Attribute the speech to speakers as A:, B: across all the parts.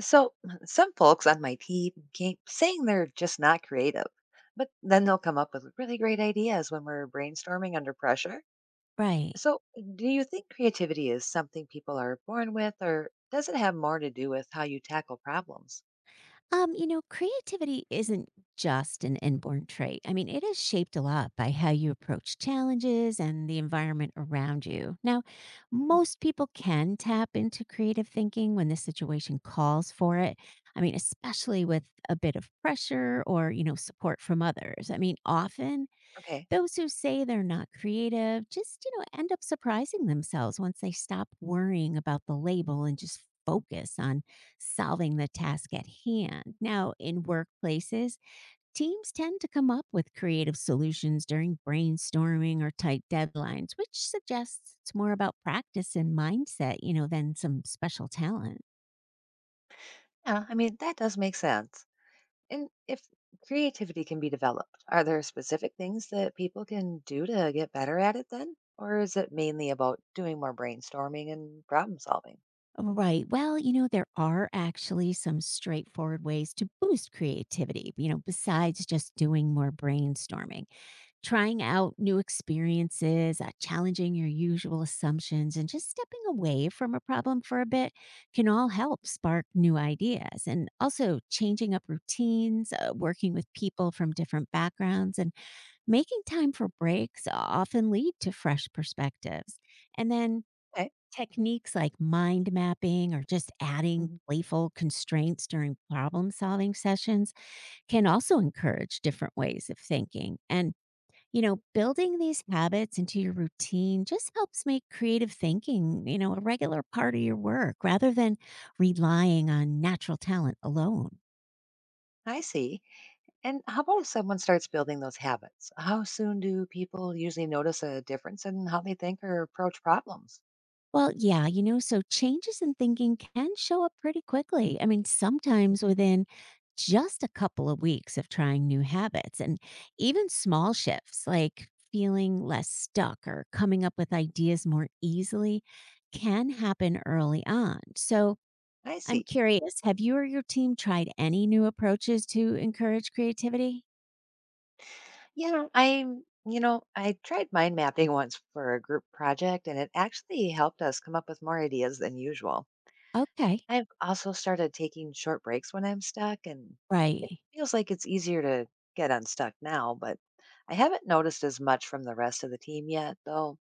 A: So, some folks on my team keep saying they're just not creative, but then they'll come up with really great ideas when we're brainstorming under pressure.
B: Right.
A: So, do you think creativity is something people are born with, or does it have more to do with how you tackle problems?
B: You know, creativity isn't just an inborn trait. I mean, it is shaped a lot by how you approach challenges and the environment around you. Now,
A: Mm.
B: most people can tap into creative thinking when the situation calls for it. I mean, especially with a bit of pressure or, you know, support from others. I mean, often
A: Okay.
B: those who say they're not creative just, you know, end up surprising themselves once they stop worrying about the label and just focus on solving the task at hand. Now, in workplaces, teams tend to come up with creative solutions during brainstorming or tight deadlines, which suggests it's more about practice and mindset, you know, than some special talent.
A: Yeah, I mean, that does make sense. And if creativity can be developed, are there specific things that people can do to get better at it then? Or is it mainly about doing more brainstorming and problem solving?
B: Right. Well, you know, there are actually some straightforward ways to boost creativity, you know, besides just doing more brainstorming, trying out new experiences, challenging your usual assumptions, and just stepping away from a problem for a bit can all help spark new ideas. And also changing up routines, working with people from different backgrounds, and making time for breaks often lead to fresh perspectives. And then
A: Okay.
B: techniques like mind mapping or just adding
A: Mhm.
B: playful constraints during problem solving sessions can also encourage different ways of thinking. And, you know, building these habits into your routine just helps make creative thinking, you know, a regular part of your work rather than relying on natural talent alone.
A: I see. And how about if someone starts building those habits? How soon do people usually notice a difference in how they think or approach problems?
B: Well, yeah, you know, so changes in thinking can show up pretty quickly. I mean, sometimes within just a couple of weeks of trying new habits, and even small shifts like feeling less stuck or coming up with ideas more easily can happen early on. So,
A: I
B: I'm
A: see.
B: curious, have you or your team tried any new approaches to encourage creativity?
A: Yeah, I tried mind mapping once for a group project and it actually helped us come up with more ideas than usual.
B: Okay.
A: I've also started taking short breaks when I'm stuck, and it
B: Right.
A: feels like it's easier to get unstuck now, but I haven't noticed as much from the rest of the team yet, though.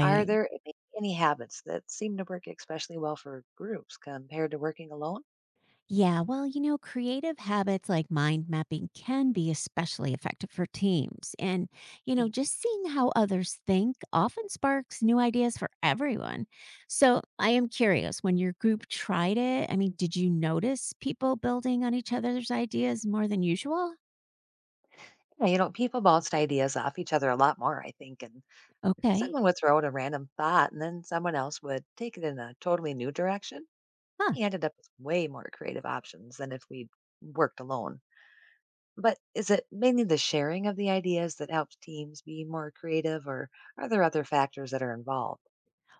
A: Are there any habits that seem to work especially well for groups compared to working alone?
B: Yeah, well, you know, creative habits like mind mapping can be especially effective for teams. And, you know,
A: Mhm.
B: just seeing how others think often sparks new ideas for everyone. So I am curious, when your group tried it, I mean, did you notice people building on each other's ideas more than usual?
A: Yeah. You know, people bounced ideas off each other a lot more, I think, and
B: Okay.
A: someone would throw out a random thought, and then someone else would take it in a totally new direction.
B: Huh.
A: He ended up with way more creative options than if we'd worked alone. But is it mainly the sharing of the ideas that helps teams be more creative, or are there other factors that are involved?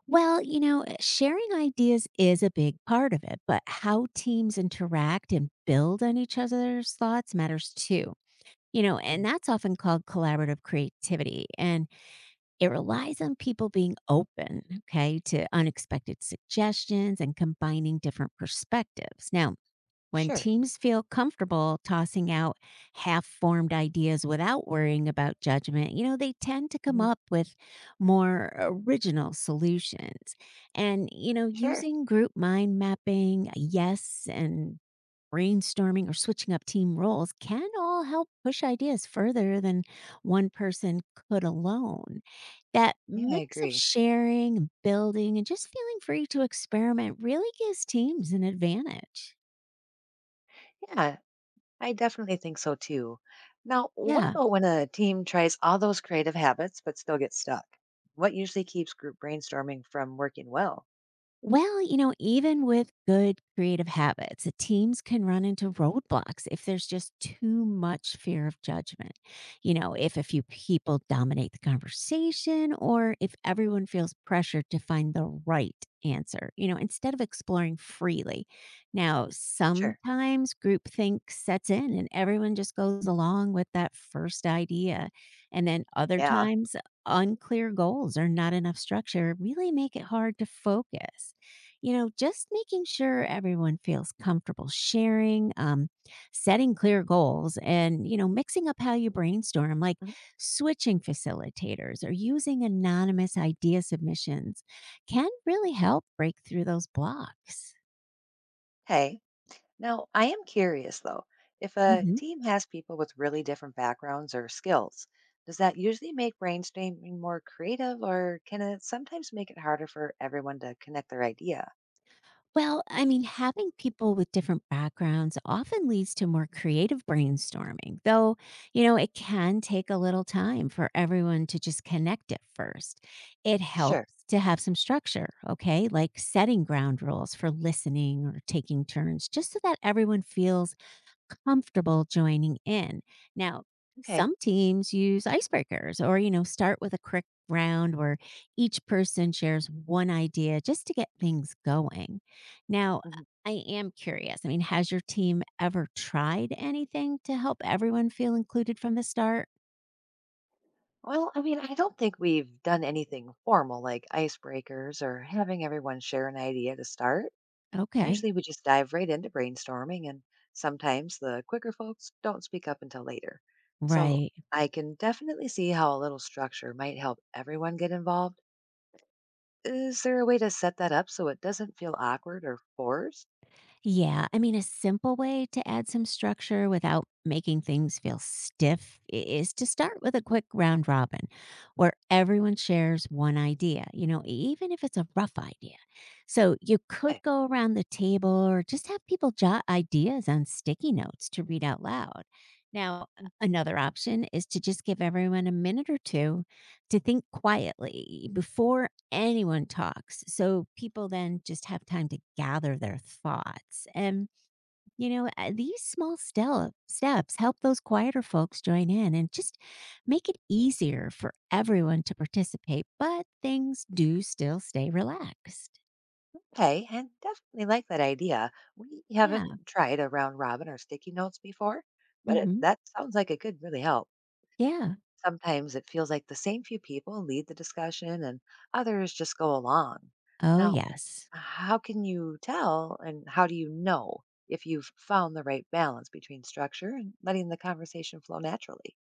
B: Well, you know, sharing ideas is a big part of it, but how teams interact and build on each other's thoughts matters too. You know, and
A: Mhm.
B: that's often called collaborative creativity. And it relies on people being open, okay, to unexpected suggestions and combining different perspectives. Now, when
A: Sure.
B: teams feel comfortable tossing out half formed ideas without worrying about judgment, you know, they tend to come
A: Mhm.
B: up with more original solutions. And, you know,
A: Sure.
B: using group mind mapping, yes, and brainstorming or switching up team roles can all help push ideas further than one person could alone. That
A: Yeah, I
B: mix of
A: agree.
B: sharing, and building, and just feeling free to experiment really gives teams an advantage.
A: Yeah, I definitely think so too. Now, what
B: Yeah.
A: about when a team tries all those creative habits but still gets stuck? What usually keeps group brainstorming from working well?
B: Well, you know, even with good creative habits, teams can run into roadblocks if there's just too much fear of judgment. You know, if a few people dominate the conversation or if everyone feels pressured to find the right answer, you know, instead of exploring freely. Now,
A: Sure.
B: sometimes groupthink sets in and everyone just goes along with that first idea. And then other
A: Yeah.
B: times, unclear goals or not enough structure really make it hard to focus. You know, just making sure everyone feels comfortable sharing, setting clear goals, and, you know, mixing up how you brainstorm, like
A: Mhm.
B: switching facilitators or using anonymous idea submissions, can really help break through those blocks.
A: Okay. Now, I am curious though, if a team has people with really different backgrounds or skills, does that usually make brainstorming more creative or can it sometimes make it harder for everyone to connect their idea?
B: Well, I mean, having people with different backgrounds often leads to more creative brainstorming, though, you know, it can take a little time for everyone to just connect at first. It
A: Sure.
B: helps to have some structure, okay, like setting ground rules for listening or taking turns, just so that everyone feels comfortable joining in. Now,
A: Okay.
B: some teams use icebreakers or, you know, start with a quick round where each person shares one idea just to get things going. Now,
A: Mhm.
B: I am curious. I mean, has your team ever tried anything to help everyone feel included from the start?
A: Well, I mean, I don't think we've done anything formal like icebreakers or having everyone share an idea to start.
B: Okay.
A: Usually we just dive right into brainstorming, and sometimes the quicker folks don't speak up until later. So
B: Right.
A: I can definitely see how a little structure might help everyone get involved. Is there a way to set that up so it doesn't feel awkward or forced?
B: Yeah, I mean, a simple way to add some structure without making things feel stiff is to start with a quick round robin where everyone shares one idea, you know, even if it's a rough idea. So you
A: Okay,
B: could go around the table or just have people jot ideas on sticky notes to read out loud. Now, another option is to just give everyone a minute or two to think quietly before anyone talks. So people then just have time to gather their thoughts. And, you know, these small steps help those quieter folks join in and just make it easier for everyone to participate. But things do still stay relaxed.
A: okay, and definitely like that idea. We
B: Yeah.
A: haven't tried a round robin or sticky notes before, but
B: Hmm.
A: that sounds like it could really help.
B: Yeah.
A: Sometimes it feels like the same few people lead the discussion and others just go along.
B: Oh,
A: Now,
B: yes.
A: how can you tell and how do you know if you've found the right balance between structure and letting the conversation flow naturally?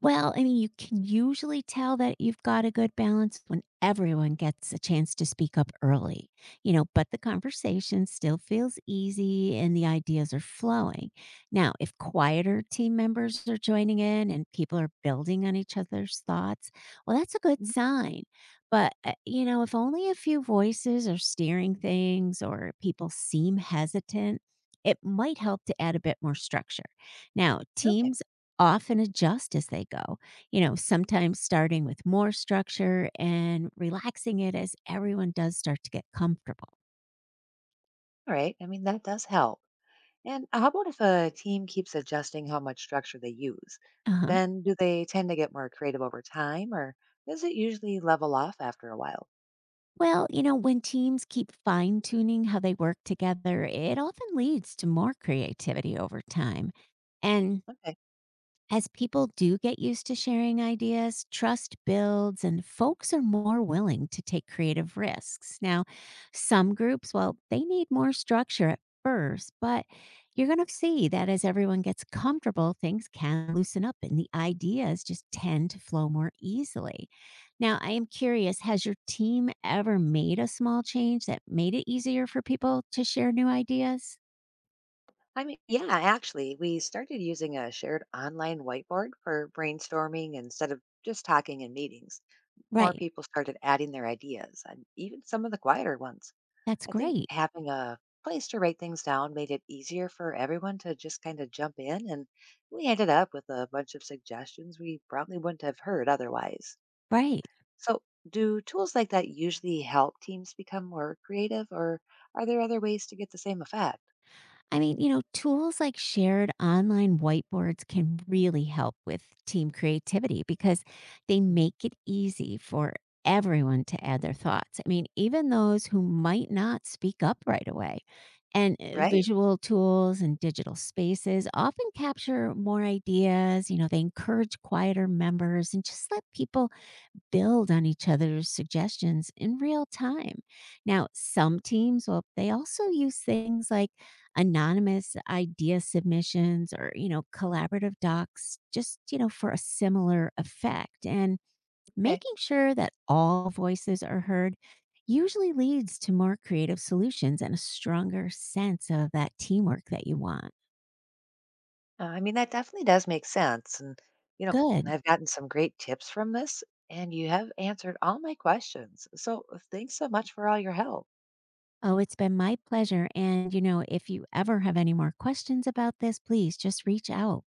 B: Well, I mean, you can usually tell that you've got a good balance when everyone gets a chance to speak up early, you know, but the conversation still feels easy and the ideas are flowing. Now, if quieter team members are joining in and people are building on each other's thoughts, well, that's a good
A: Mhm.
B: sign. But, you know, if only a few voices are steering things or people seem hesitant, it might help to add a bit more structure. Now,
A: Okay.
B: teams often adjust as they go, you know, sometimes starting with more structure and relaxing it as everyone does start to get comfortable.
A: All right. I mean, that does help. And how about if a team keeps adjusting how much structure they use?
B: Uh-huh.
A: Then do they tend to get more creative over time or does it usually level off after a while?
B: Well, you know, when teams keep fine tuning how they work together, it often leads to more creativity over time. And
A: Okay.
B: as people do get used to sharing ideas, trust builds and folks are more willing to take creative risks. Now, some groups, well, they need more structure at first, but you're going to see that as everyone gets comfortable, things can loosen up and the ideas just tend to flow more easily. Now, I am curious, has your team ever made a small change that made it easier for people to share new ideas?
A: I mean, yeah, actually, we started using a shared online whiteboard for brainstorming instead of just talking in meetings. More
B: Right.
A: people started adding their ideas, and even some of the quieter ones.
B: That's
A: I think
B: great.
A: having a place to write things down made it easier for everyone to just kind of jump in, and we ended up with a bunch of suggestions we probably wouldn't have heard otherwise.
B: Right.
A: So, do tools like that usually help teams become more creative, or are there other ways to get the same effect?
B: I mean, you know, tools like shared online whiteboards can really help with team creativity because they
A: Mhm.
B: make it easy for everyone to add their thoughts. I mean, even those who might not speak up right away. And
A: Right.
B: visual tools and digital spaces often capture more ideas. You know, they encourage quieter members and just let people build on each other's suggestions in real time. Now, some teams, well, they also use things like anonymous idea submissions or, you know,
A: Mm.
B: collaborative docs just, you know, for a similar effect. And
A: Okay.
B: making sure that all voices are heard usually leads to more creative solutions and a stronger sense of that teamwork that you want.
A: I mean, that definitely does make sense. And, you know,
B: Good.
A: I've gotten some great tips from this, and you have answered all my questions. So thanks so much for all your help.
B: Oh, it's been my pleasure. And, you know, if you ever have any more questions about this, please just reach out.